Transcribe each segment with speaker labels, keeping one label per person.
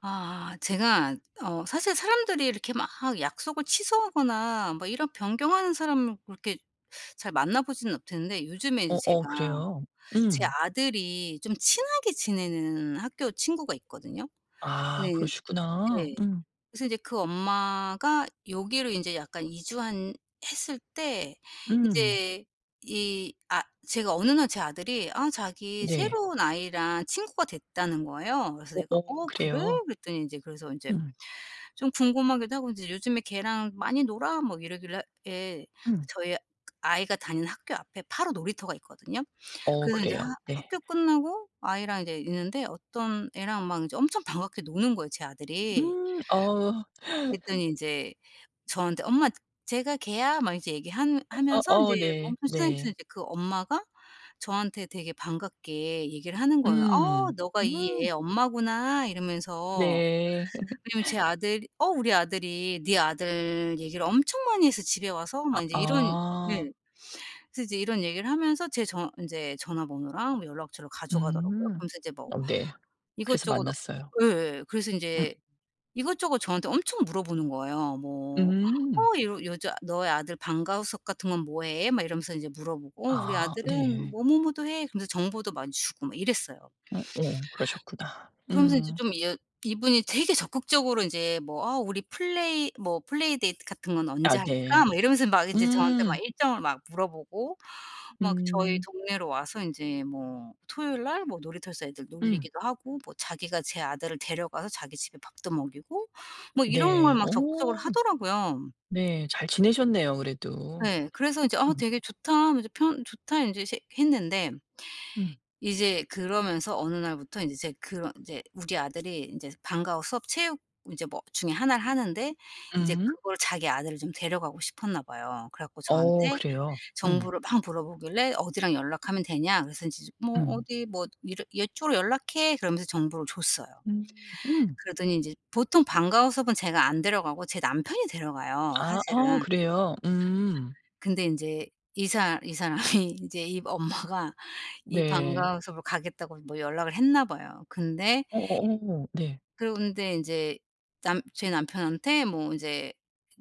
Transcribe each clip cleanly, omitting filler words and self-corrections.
Speaker 1: 아, 제가 어 사실 사람들이 이렇게 막 약속을 취소하거나 막 이런 변경하는 사람을 그렇게 잘 만나 보지는 못했는데, 요즘에 이제
Speaker 2: 어 어,
Speaker 1: 제가
Speaker 2: 그래요?
Speaker 1: 제
Speaker 2: 음.
Speaker 1: 아들이 좀 친하게 지내는 학교 친구가 있거든요.
Speaker 2: 아,
Speaker 1: 네.
Speaker 2: 그러시구나.
Speaker 1: 네.
Speaker 2: 음.
Speaker 1: 그래서 이제 그 엄마가 여기로 인제 약간 이주한 했을 때
Speaker 2: 음.
Speaker 1: 인제 이 아 제가 어느 날 제 아들이 자기
Speaker 2: 네.
Speaker 1: 새로운 아이랑 친구가 됐다는 거예요. 그래서
Speaker 2: 어
Speaker 1: 내가
Speaker 2: 어,
Speaker 1: "어 그래?"
Speaker 2: 그래요.
Speaker 1: 그랬더니 인제 그래서 인제
Speaker 2: 음.
Speaker 1: 좀 궁금하기도 하고 인제 "요즘에 걔랑 많이 놀아?" 뭐 이러길래, 예,
Speaker 2: 음.
Speaker 1: 저희 아이가 다니는 학교 앞에 바로 놀이터가 있거든요.
Speaker 2: 어,
Speaker 1: 그래서 인제
Speaker 2: 그래요.
Speaker 1: 하
Speaker 2: 네.
Speaker 1: 학교 끝나고 아이랑 이제 있는데 어떤 애랑 막 이제 엄청 반갑게 노는 거예요, 제 아들이.
Speaker 2: 음. 어.
Speaker 1: 그랬더니 인제 저한테 "엄마, 제가 걔야." 막 이제 얘기한 하면서 인제
Speaker 2: 어어, 네.
Speaker 1: 엄청 시상식서
Speaker 2: 네.
Speaker 1: 이제 그 엄마가 저한테 되게 반갑게 얘기를 하는 거예요. "어
Speaker 2: 음.
Speaker 1: 너가 이
Speaker 2: 음.
Speaker 1: 애 엄마구나." 이러면서,
Speaker 2: 네.
Speaker 1: 왜냐면 제 아들이 "어 우리 아들이 네 아들 얘기를 엄청 많이 해서 집에 와서."
Speaker 2: 아
Speaker 1: 막 인제 이런. 네.
Speaker 2: 아.
Speaker 1: 그래서 이제 이런 얘기를 하면서 제 전 인제 전화번호랑 뭐 연락처를 가져가더라고요.
Speaker 2: 음.
Speaker 1: 그러면서 이제 뭐
Speaker 2: 어, 네. 그래서
Speaker 1: 이것저것.
Speaker 2: 만났어요.
Speaker 1: 예예. 그래서
Speaker 2: 음.
Speaker 1: 인제 이것저것 저한테 엄청 물어보는 거예요. 뭐
Speaker 2: 음.
Speaker 1: "어 요 요즘 너의 아들 방과후석 같은 건 뭐 해?" 막 이러면서 이제 물어보고, "어 우리
Speaker 2: 아,
Speaker 1: 아들은
Speaker 2: 네.
Speaker 1: 뭐뭐뭐도 해." 그러면서 정보도 많이 주고 막 이랬어요.
Speaker 2: 어 어, 그러셨구나.
Speaker 1: 그러면서 이제
Speaker 2: 음.
Speaker 1: 좀 이 이분이 되게 적극적으로 인제 뭐 "아 우리 플레이 데이트 같은 건
Speaker 2: 아,
Speaker 1: 언제
Speaker 2: 네.
Speaker 1: 할까?" 막 이러면서 막 인제 저한테 막
Speaker 2: 음.
Speaker 1: 일정을 막 물어보고, 막 저희
Speaker 2: 음.
Speaker 1: 동네로 와서 인제 뭐 토요일 날 뭐 놀이터에서 애들
Speaker 2: 음.
Speaker 1: 놀리기도 하고 뭐 자기가 제 아들을 데려가서 자기 집에 밥도 먹이고 뭐 이런 걸
Speaker 2: 네.
Speaker 1: 막 적극적으로
Speaker 2: 오.
Speaker 1: 하더라고요.
Speaker 2: 네. 잘 지내셨네요, 그래도.
Speaker 1: 예. 그래서 인제 '아
Speaker 2: 음.
Speaker 1: 되게 좋다. 이제 편 좋다.' 인제 시 했는데
Speaker 2: 음.
Speaker 1: 이제 그러면서 어느 날부터 이제 제 그런 이제 우리 아들이 인제 방과 후 수업 체육 인제 뭐 중에 하나를 하는데, 인제
Speaker 2: 음.
Speaker 1: 그걸 자기 아들을 좀 데려가고 싶었나 봐요. 그래 갖고
Speaker 2: 어,
Speaker 1: 저한테
Speaker 2: 그래요? 음.
Speaker 1: 정보를 막 물어보길래 "어디랑 연락하면 되냐?" 그래서 인제 "뭐
Speaker 2: 음.
Speaker 1: 어디 뭐 이러 이쪽으로 연락해." 그러면서 정보를 줬어요.
Speaker 2: 음. 음.
Speaker 1: 그러더니 인제 보통 방과 후 수업은 제가 안 데려가고 제 남편이 데려가요
Speaker 2: 아. 아,
Speaker 1: 사실은.
Speaker 2: 그래요? 음.
Speaker 1: 근데 인제 이사 이 사람이 인제 이 엄마가 이
Speaker 2: 네.
Speaker 1: 방과후 수업을 가겠다고 뭐 연락을 했나 봐요. 근데,
Speaker 2: 어어어. 네.
Speaker 1: 그런데 인제 남 제 남편한테 뭐 인제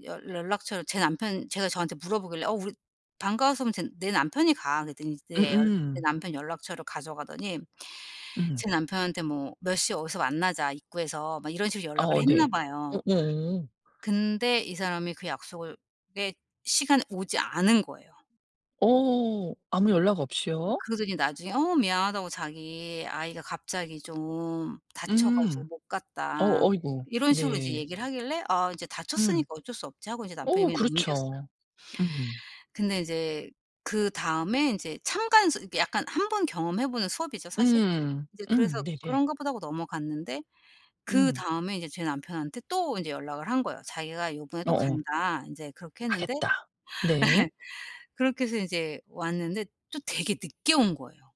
Speaker 1: 여 연락처를, 제 남편 제가 저한테 물어보길래 "어 우리 방과후 수업은 제 내 남편이 가." 그랬더니
Speaker 2: 음
Speaker 1: 내 연 제
Speaker 2: 음.
Speaker 1: 남편 연락처를 가져가더니
Speaker 2: 음.
Speaker 1: 제 남편한테 뭐 "몇 시에 어디서 만나자, 입구에서." 막 이런 식으로 연락을
Speaker 2: 어,
Speaker 1: 했나
Speaker 2: 네. 어어.
Speaker 1: 봐요.
Speaker 2: 어.
Speaker 1: 근데 이 사람이 그 약속을, 에 시간에 오지 않은 거예요.
Speaker 2: 어, 아무 연락 없이요?
Speaker 1: 그러더니 나중에 "어 미안하다고 자기 아이가 갑자기 좀 다쳐 가지고
Speaker 2: 음.
Speaker 1: 못
Speaker 2: 어,
Speaker 1: 갔다."
Speaker 2: 어이고.
Speaker 1: 이런 식으로 이제
Speaker 2: 네.
Speaker 1: 얘기를 하길래 '아 이제
Speaker 2: 음.
Speaker 1: 다쳤으니까 어쩔 수 없지.' 하고 이제 남편이
Speaker 2: 어,
Speaker 1: 그냥 넘겼어요.
Speaker 2: 그렇죠. 음.
Speaker 1: 근데 이제 그다음에 인제 참관 수 이렇게 약간 한 번 경험해 보는 수업이죠 사실.
Speaker 2: 음.
Speaker 1: 이제 그래서
Speaker 2: 음. 네네.
Speaker 1: '그런가 보다.' 하고 넘어갔는데,
Speaker 2: 음.
Speaker 1: 그다음에 이제 제 남편한테 또 인제 연락을 한 거예요. "자기가 요번에 또
Speaker 2: 어어.
Speaker 1: 간다." 인제 그렇게 했는데
Speaker 2: 가겠다. 네.
Speaker 1: 예. 그렇게 해서 인제 왔는데 또 되게 늦게 온 거예요.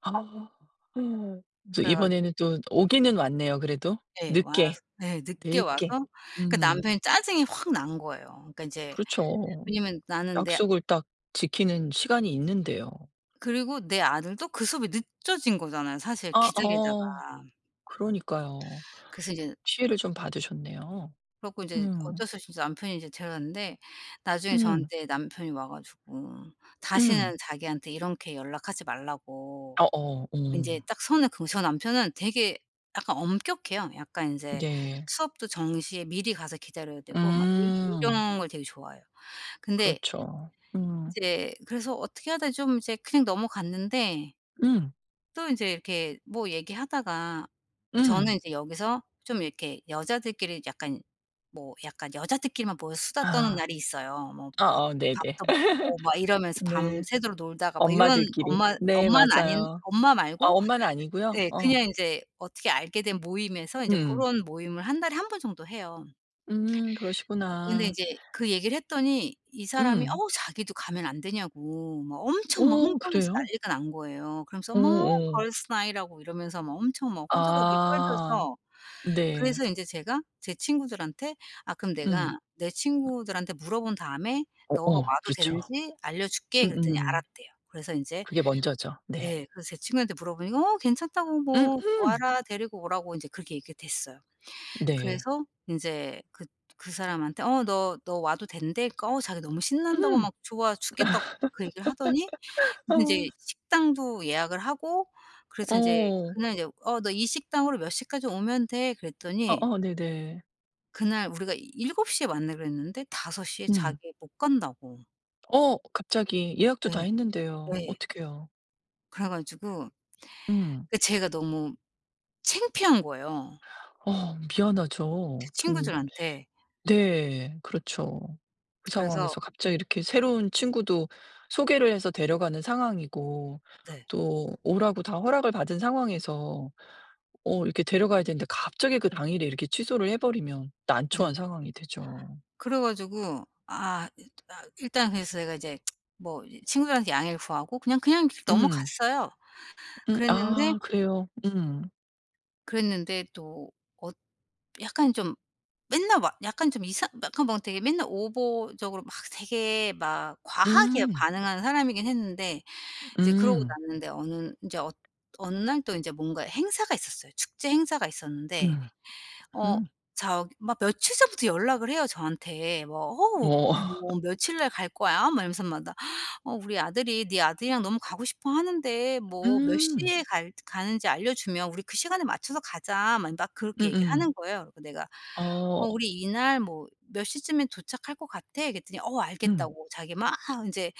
Speaker 2: 아. 음. 그래서
Speaker 1: 그래 가
Speaker 2: 이번에는 또 오기는 왔네요, 그래도.
Speaker 1: 네. 와서
Speaker 2: 늦게,
Speaker 1: 네. 늦게 와서
Speaker 2: 늦게.
Speaker 1: 그
Speaker 2: 음.
Speaker 1: 남편이 짜증이 확 난 거예요. 그러니까 인제
Speaker 2: 그렇죠.
Speaker 1: 왜냐면 나는 내
Speaker 2: 약속을 딱 지키는 시간이 있는데요.
Speaker 1: 그리고 내 아들도 그 수업이 늦어진 거잖아요 사실,
Speaker 2: 아
Speaker 1: 기다리다가.
Speaker 2: 어. 그러니까요.
Speaker 1: 그래서 이제 그래
Speaker 2: 피해를 좀 받으셨네요.
Speaker 1: 갖고 이제
Speaker 2: 음.
Speaker 1: 어쩔 수 없이 인제 남편이 이제 데려갔는데, 나중에
Speaker 2: 음.
Speaker 1: 저한테 남편이 와 가지고
Speaker 2: 음.
Speaker 1: 다시는 자기한테 이렇게 연락하지 말라고
Speaker 2: 어어.
Speaker 1: 인제
Speaker 2: 음.
Speaker 1: 딱 선을 그으 저 남편은 되게 약간 엄격해요. 약간 인제
Speaker 2: 네.
Speaker 1: 수업도 정시에 미리 가서 기다려야 되고 막 이
Speaker 2: 음.
Speaker 1: 이런 걸 되게 좋아해요. 근데
Speaker 2: 그렇죠.
Speaker 1: 이
Speaker 2: 음.
Speaker 1: 제 그래서 어떻게 하다 좀 이제 그냥 넘어갔는데,
Speaker 2: 음.
Speaker 1: 또 인제 이렇게 뭐 얘기하다가 저는
Speaker 2: 음.
Speaker 1: 인제 여기서 좀 이렇게 여자들끼리 약간 뭐 약간 여자들끼리만 모여 수다 떠는
Speaker 2: 아.
Speaker 1: 날이 있어요. 뭐 밥
Speaker 2: 아어, 네네.
Speaker 1: 밥도 먹고 막 이러면서
Speaker 2: 네.
Speaker 1: 밤새도록 놀다가 막 이런,
Speaker 2: 엄마들끼리.
Speaker 1: 엄마
Speaker 2: 네,
Speaker 1: 엄마는 아닌,
Speaker 2: 맞아요.
Speaker 1: 엄마
Speaker 2: 아,
Speaker 1: 말고.
Speaker 2: 엄마는 아니고요?
Speaker 1: 예,
Speaker 2: 어.
Speaker 1: 그냥 인제 어떻게 알게 된 모임에서 인제
Speaker 2: 음.
Speaker 1: 고런 모임을 한 달에 한 번 정도 해요.
Speaker 2: 음,
Speaker 1: 근데
Speaker 2: 그러시구나.
Speaker 1: 이제 그 얘기를 했더니 이 사람이
Speaker 2: 음.
Speaker 1: "어 자기도 가면 안 되냐."고 막 엄청 막
Speaker 2: 오,
Speaker 1: 흥분해서
Speaker 2: 그래요?
Speaker 1: 난리가 난 거예요. 그러면서 막
Speaker 2: 오오.
Speaker 1: "걸스 나잇이라고 이러면서 막 엄청 막 호들갑을
Speaker 2: 아,
Speaker 1: 떨면서,
Speaker 2: 네.
Speaker 1: 그래서 인제 제가 제 친구들한테 "아 그럼
Speaker 2: 음.
Speaker 1: 내가 내 친구들한테 물어본 다음에 너가
Speaker 2: 어어,
Speaker 1: 와도
Speaker 2: 그렇죠.
Speaker 1: 되는지 알려줄게." 그랬더니
Speaker 2: 음음.
Speaker 1: 알았대요. 그래서 인제,
Speaker 2: 그게 먼저죠. 네.
Speaker 1: 예, 그래서 제 친구한테 물어보니까 "어 괜찮다고 뭐
Speaker 2: 음음.
Speaker 1: 와라. 데리고 오라."고 인제 그렇게 얘기가 됐어요.
Speaker 2: 네.
Speaker 1: 그래서 인제 그 사람한테 "어 너 와도 된대." 그러니까, 자기 너무 신난다고
Speaker 2: 음.
Speaker 1: 막 좋아 죽겠다고 막 그 얘기를 하더니, 그래서
Speaker 2: 어
Speaker 1: 인제 식당도 예약을 하고 그래서 인제
Speaker 2: 어.
Speaker 1: 그날 인제 "어 너 이 식당으로 몇 시까지 오면 돼." 그랬더니,
Speaker 2: 어어, 네네.
Speaker 1: 그날 우리가 7시에 만나기로 했는데 5시에
Speaker 2: 음.
Speaker 1: 자기 못 간다고.
Speaker 2: 어, 갑자기 예약도
Speaker 1: 예.
Speaker 2: 다 했는데요.
Speaker 1: 예.
Speaker 2: 어떡해요.
Speaker 1: 그래 가지고
Speaker 2: 음.
Speaker 1: 그 제가 너무 창피한 거예요,
Speaker 2: 어,
Speaker 1: 제
Speaker 2: 미안하죠. 좀.
Speaker 1: 친구들한테.
Speaker 2: 네. 그렇죠. 그
Speaker 1: 그래서.
Speaker 2: 상황에서 갑자기 이렇게 새로운 친구도 소개를 해서 데려가는 상황이고,
Speaker 1: 네.
Speaker 2: 또 오라고 다 허락을 받은 상황에서 어 이렇게 데려가야 되는데 갑자기 그 당일에 이렇게 취소를 해 버리면
Speaker 1: 네.
Speaker 2: 난처한 상황이 되죠.
Speaker 1: 그래 가지고, 일단 그래서 제가 이제 뭐 이제 친구들한테 양해를 구하고 그냥 이렇게
Speaker 2: 음.
Speaker 1: 넘어갔어요.
Speaker 2: 음.
Speaker 1: 그랬는데
Speaker 2: 아, 그래요. 음.
Speaker 1: 그랬는데 또 어 약간 좀 약간 좀 이상 약간 막 되게 맨날 오버적으로 막 되게 막 과하게
Speaker 2: 음.
Speaker 1: 반응하는 사람이긴 했는데, 이제 그러고
Speaker 2: 음.
Speaker 1: 났는데 어느 날 또 이제 뭔가 행사가 있었어요. 축제 행사가 있었는데
Speaker 2: 음.
Speaker 1: 어
Speaker 2: 음.
Speaker 1: 저 막 며칠 전부터 연락을 해요 저한테. 뭐 "어
Speaker 2: 뭐.
Speaker 1: 뭐 며칠 날 갈 거야?" 막 이러면서 막 나 "어 우리 아들이 네 아들이랑 너무 가고 싶어 하는데 뭐 몇
Speaker 2: 음.
Speaker 1: 시에 갈 가는지 알려주면 우리 그 시간에 맞춰서 가자." 막 막 그렇게 얘기를
Speaker 2: 음음.
Speaker 1: 하는 거예요. 그래서 내가 "어
Speaker 2: 어.
Speaker 1: 우리 이날 뭐 몇 시쯤에 도착할 것 같아?" 그랬더니 "어
Speaker 2: 음.
Speaker 1: 알겠다."고 자기 막 인제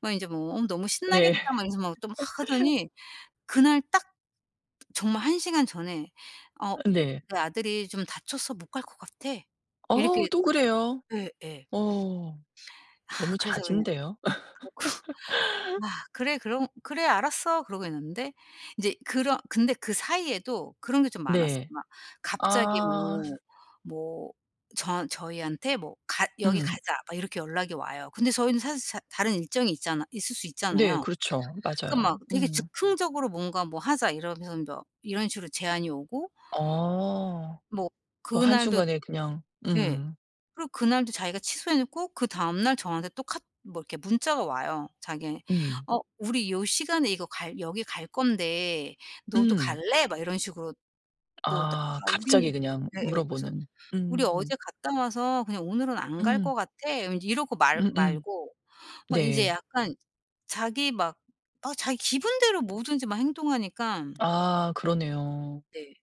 Speaker 1: 뭐 "어 너무 신나겠다."
Speaker 2: 네.
Speaker 1: 막 이러면서 막 또 막 하더니 그날 딱 정말 1시간 전에 "어
Speaker 2: 네.
Speaker 1: 내 아들이 좀 다쳐서 못 갈 것 같아."
Speaker 2: 어,
Speaker 1: 이렇게.
Speaker 2: 또 그래요?
Speaker 1: 예예.
Speaker 2: 어,
Speaker 1: 아
Speaker 2: 너무
Speaker 1: 그래서 그냥
Speaker 2: 잦은데요.
Speaker 1: "아 그래 그럼 그래 알았어." 그러고 있는데 인제 그런 근데 그 사이에도 그런 게 좀 많았어요.
Speaker 2: 네.
Speaker 1: 막 갑자기
Speaker 2: 아.
Speaker 1: 뭐 저희한테 뭐 "가 여기
Speaker 2: 음.
Speaker 1: 가자." 막 이렇게 연락이 와요. 근데 저희는 사실 자 다른 일정이 있잖아 있을 수
Speaker 2: 네,
Speaker 1: 있잖아요.
Speaker 2: 그렇죠.
Speaker 1: 그러니까 막
Speaker 2: 맞아요.
Speaker 1: 되게
Speaker 2: 음.
Speaker 1: 즉흥적으로 뭔가 뭐 "하자." 이러면서 뭐 이런 식으로 제안이 오고
Speaker 2: 어.
Speaker 1: 뭐
Speaker 2: 또
Speaker 1: 그날도.
Speaker 2: 한순간에 그냥.
Speaker 1: 네.
Speaker 2: 음.
Speaker 1: 그리고 그날도 자기가 취소해 놓고 그다음 날 저한테 또 카 뭐 이렇게 문자가 와요. 자기,
Speaker 2: 음.
Speaker 1: "어 우리 요 시간에 이거 갈 여기 갈 건데 너도
Speaker 2: 음.
Speaker 1: 갈래?" 막 이런 식으로 뭐 다, 아
Speaker 2: 아,
Speaker 1: 우리는,
Speaker 2: 갑자기 그냥
Speaker 1: 예예. 그래서
Speaker 2: 물어보는.
Speaker 1: "우리
Speaker 2: 음.
Speaker 1: 어제 갔다 와서 그냥 오늘은 안 갈
Speaker 2: 음.
Speaker 1: 것 같아." 인제 이러고 말
Speaker 2: 음음.
Speaker 1: 말고 막 인제
Speaker 2: 네.
Speaker 1: 약간 자기 막 자기 기분대로 뭐든지 막 행동하니까.
Speaker 2: 아, 그러네요.
Speaker 1: 네.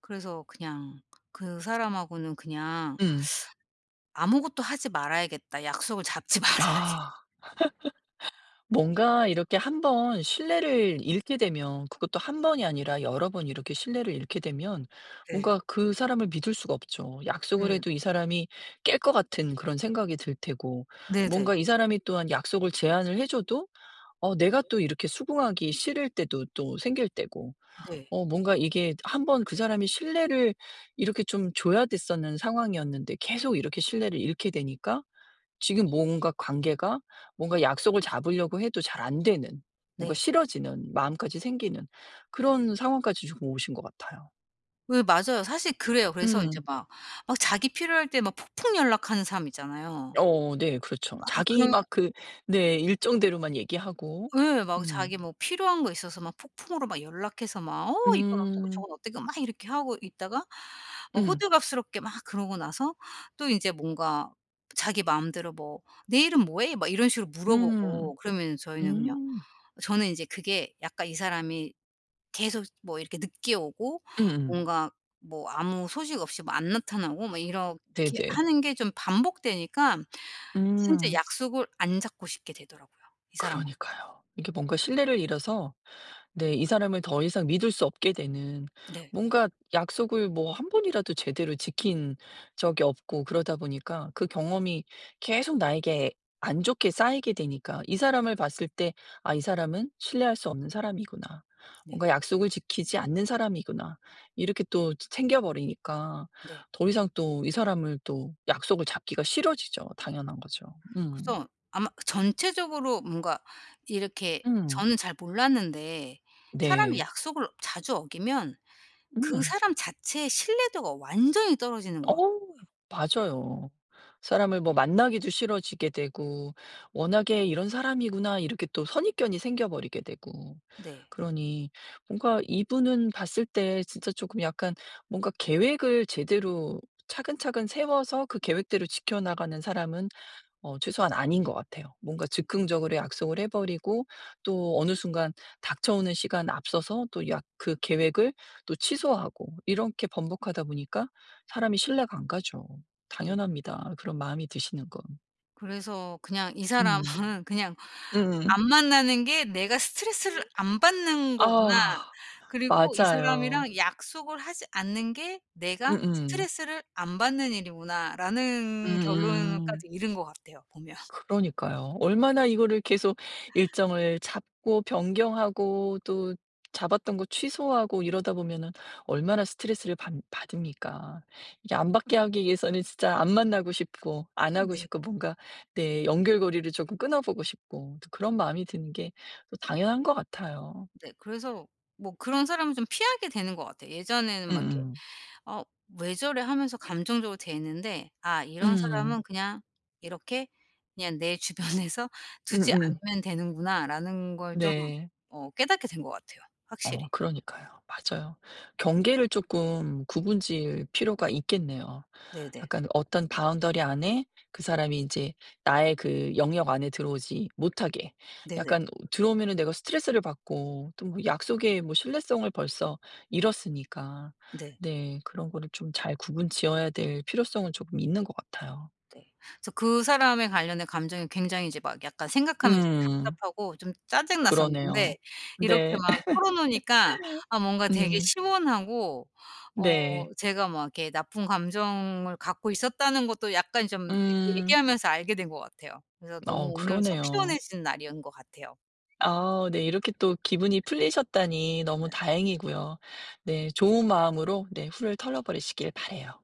Speaker 1: 그래서 그냥 그 사람하고는 그냥
Speaker 2: 음.
Speaker 1: '아무것도 하지 말아야겠다. 약속을 잡지 말아야겠다.'
Speaker 2: 아. 뭔가 이렇게 한번 신뢰를 잃게 되면, 그것도 한 번이 아니라 여러 번 이렇게 신뢰를 잃게 되면
Speaker 1: 네.
Speaker 2: 뭔가 그 사람을 믿을 수가 없죠. 약속을
Speaker 1: 네.
Speaker 2: 해도 이 사람이 깰 것 같은 그런 생각이 들 테고, 뭔가
Speaker 1: 네네.
Speaker 2: 이 사람이 또한 약속을 제안을 해 줘도 어 내가 또 이렇게 수긍하기 싫을 때도 또 생길 때고,
Speaker 1: 네.
Speaker 2: 어 뭔가 이게 한 번 그 사람이 신뢰를 이렇게 좀 줘야 됐었는 상황이었는데 계속 이렇게 신뢰를 잃게 되니까 지금 뭔가 관계가 뭔가 약속을 잡으려고 해도 잘 안 되는, 뭔가
Speaker 1: 네.
Speaker 2: 싫어지는 마음까지 생기는 그런 상황까지 지금 오신 것 같아요.
Speaker 1: 예, 맞아요. 사실 그래요. 그래서 인제
Speaker 2: 음.
Speaker 1: 막 자기 필요할 때 막 폭풍 연락하는 사람 있잖아요.
Speaker 2: 어, 네, 그렇죠.
Speaker 1: 아
Speaker 2: 자기
Speaker 1: 그러면,
Speaker 2: 막 그 네 일정대로만 얘기하고.
Speaker 1: 예, 막
Speaker 2: 음.
Speaker 1: 자기 뭐 필요한 거 있어서 막 폭풍으로 막 연락해서 막 "어 이건 어떻고
Speaker 2: 음.
Speaker 1: 저건 어떻고." 막 이렇게 하고 있다가 뭐
Speaker 2: 음.
Speaker 1: 호들갑스럽게 막 그러고 나서 또 인제 뭔가 자기 마음대로 뭐 "내일은 뭐 해?" 막 이런 식으로
Speaker 2: 음.
Speaker 1: 물어보고 그러면은 저희는 그냥
Speaker 2: 음.
Speaker 1: 저는 이제 그게 약간 이 사람이 계속 뭐 이렇게 늦게 오고
Speaker 2: 음음.
Speaker 1: 뭔가 뭐 아무 소식 없이 뭐 안 나타나고 막 이렇게
Speaker 2: 네네.
Speaker 1: 하는 게 좀 반복되니까 진짜
Speaker 2: 음.
Speaker 1: 약속을 안 잡고 싶게 되더라고요, 이 사람하고.
Speaker 2: 그러니까요. 이게 뭔가 신뢰를 잃어서 네 이 사람을 더 이상 믿을 수 없게 되는,
Speaker 1: 네.
Speaker 2: 뭔가 약속을 뭐 한 번이라도 제대로 지킨 적이 없고, 그러다 보니까 그 경험이 계속 나에게 안 좋게 쌓이게 되니까 이 사람을 봤을 때 '아, 이 사람은 신뢰할 수 없는 사람이구나.
Speaker 1: 네.
Speaker 2: 뭔가 약속을 지키지 않는 사람이구나.' 이렇게 또 챙겨 버리니까
Speaker 1: 네.
Speaker 2: 더 이상 또 이 사람을 또 약속을 잡기가 싫어지죠. 당연한 거죠. 음.
Speaker 1: 그래서 아마 전체적으로 뭔가 이렇게
Speaker 2: 음.
Speaker 1: 저는 잘 몰랐는데, 사람이
Speaker 2: 네.
Speaker 1: 약속을 자주 어기면 그
Speaker 2: 음.
Speaker 1: 사람 자체의 신뢰도가 완전히 떨어지는 것
Speaker 2: 어,
Speaker 1: 같아요.
Speaker 2: 맞아요. 사람을 뭐 만나기도 싫어지게 되고 워낙에 '이런 사람이구나.' 이렇게 또 선입견이 생겨 버리게 되고.
Speaker 1: 네.
Speaker 2: 그러니 뭔가 이분은 봤을 때 진짜 조금 약간 뭔가 계획을 제대로 차근차근 세워서 그 계획대로 지켜 나가는 사람은 어 최소한 아닌 것 같아요. 뭔가 즉흥적으로 약속을 해 버리고 또 어느 순간 닥쳐오는 시간 앞서서 또 약 그 계획을 또 취소하고 이렇게 번복하다 보니까 사람이 신뢰가 안 가죠.
Speaker 1: 네.
Speaker 2: 당연합니다. 그런 마음이 드시는 건.
Speaker 1: 그래서 그냥 이 사람은
Speaker 2: 음.
Speaker 1: 그냥
Speaker 2: 음
Speaker 1: 안 만나는 게 '내가 스트레스를 안 받는 거구나.
Speaker 2: 아,
Speaker 1: 그리고 이
Speaker 2: 맞아요.
Speaker 1: 사람이랑 약속을 하지 않는 게 내가
Speaker 2: 음음.
Speaker 1: 스트레스를 안 받는 일이구나.'라는
Speaker 2: 음음.
Speaker 1: 결론까지 이른 것 같아요, 보면.
Speaker 2: 그러니까요. 얼마나 이거를 계속 일정을 잡고 변경하고 또 잡았던 거 취소하고 이러다 보면은 얼마나 스트레스를 받, 받습니까. 이게 안 받게 하기 위해서는 진짜 안 만나고 싶고 안 하고
Speaker 1: 네.
Speaker 2: 싶고 뭔가 내 연결고리를 조금 끊어보고 싶고 또 그런 마음이 드는 게 또 당연한 것 같아요.
Speaker 1: 네. 그래서 뭐 그런 사람을 좀 피하게 되는 것 같아요. 예전에는 막 이렇게
Speaker 2: 음음.
Speaker 1: 어 '왜 저래?' 하면서 감정적으로 대했는데, '아 이런
Speaker 2: 음.
Speaker 1: 사람은 그냥 이렇게 그냥 내 주변에서 두지
Speaker 2: 음음.
Speaker 1: 않으면 되는구나.'라는 걸 좀
Speaker 2: 네.
Speaker 1: 깨닫게 된 것 같아요. 확실히.
Speaker 2: 어, 그러니까요. 맞아요. 경계를 조금 구분 지을 필요가 있겠네요.
Speaker 1: 네네.
Speaker 2: 약간 어떤 바운더리 안에 그 사람이 이제 나의 그 영역 안에 들어오지 못하게
Speaker 1: 네네.
Speaker 2: 약간 들어오면은 내가 스트레스를 받고 또뭐 약속의 뭐 신뢰성을 벌써 잃었으니까
Speaker 1: 네.
Speaker 2: 네 그런 거를 좀 잘 구분 지어야 될 필요성은 조금 있는 것 같아요.
Speaker 1: 네. 그래서 그 사람에 관련된 감정이 굉장히 이제 막 약간 생각하면 좀
Speaker 2: 음,
Speaker 1: 답답하고 좀 짜증 났었는데,
Speaker 2: 그러네요.
Speaker 1: 이렇게
Speaker 2: 네.
Speaker 1: 막 털어 놓으니까 아 뭔가 되게
Speaker 2: 음.
Speaker 1: 시원하고,
Speaker 2: 네.
Speaker 1: 제가 막 이렇게 나쁜 감정을 갖고 있었다는 것도 약간 좀 이렇게
Speaker 2: 음.
Speaker 1: 얘기하면서 알게 된 것 같아요. 그래서 너무
Speaker 2: 어,
Speaker 1: 오늘 속
Speaker 2: 그러네요.
Speaker 1: 시원해진 날인 것 같아요.
Speaker 2: 아, 네. 이렇게 또 기분이 풀리셨다니 너무 다행이고요. 네. 좋은 마음으로 네. 후를 털어 버리시길 바라요.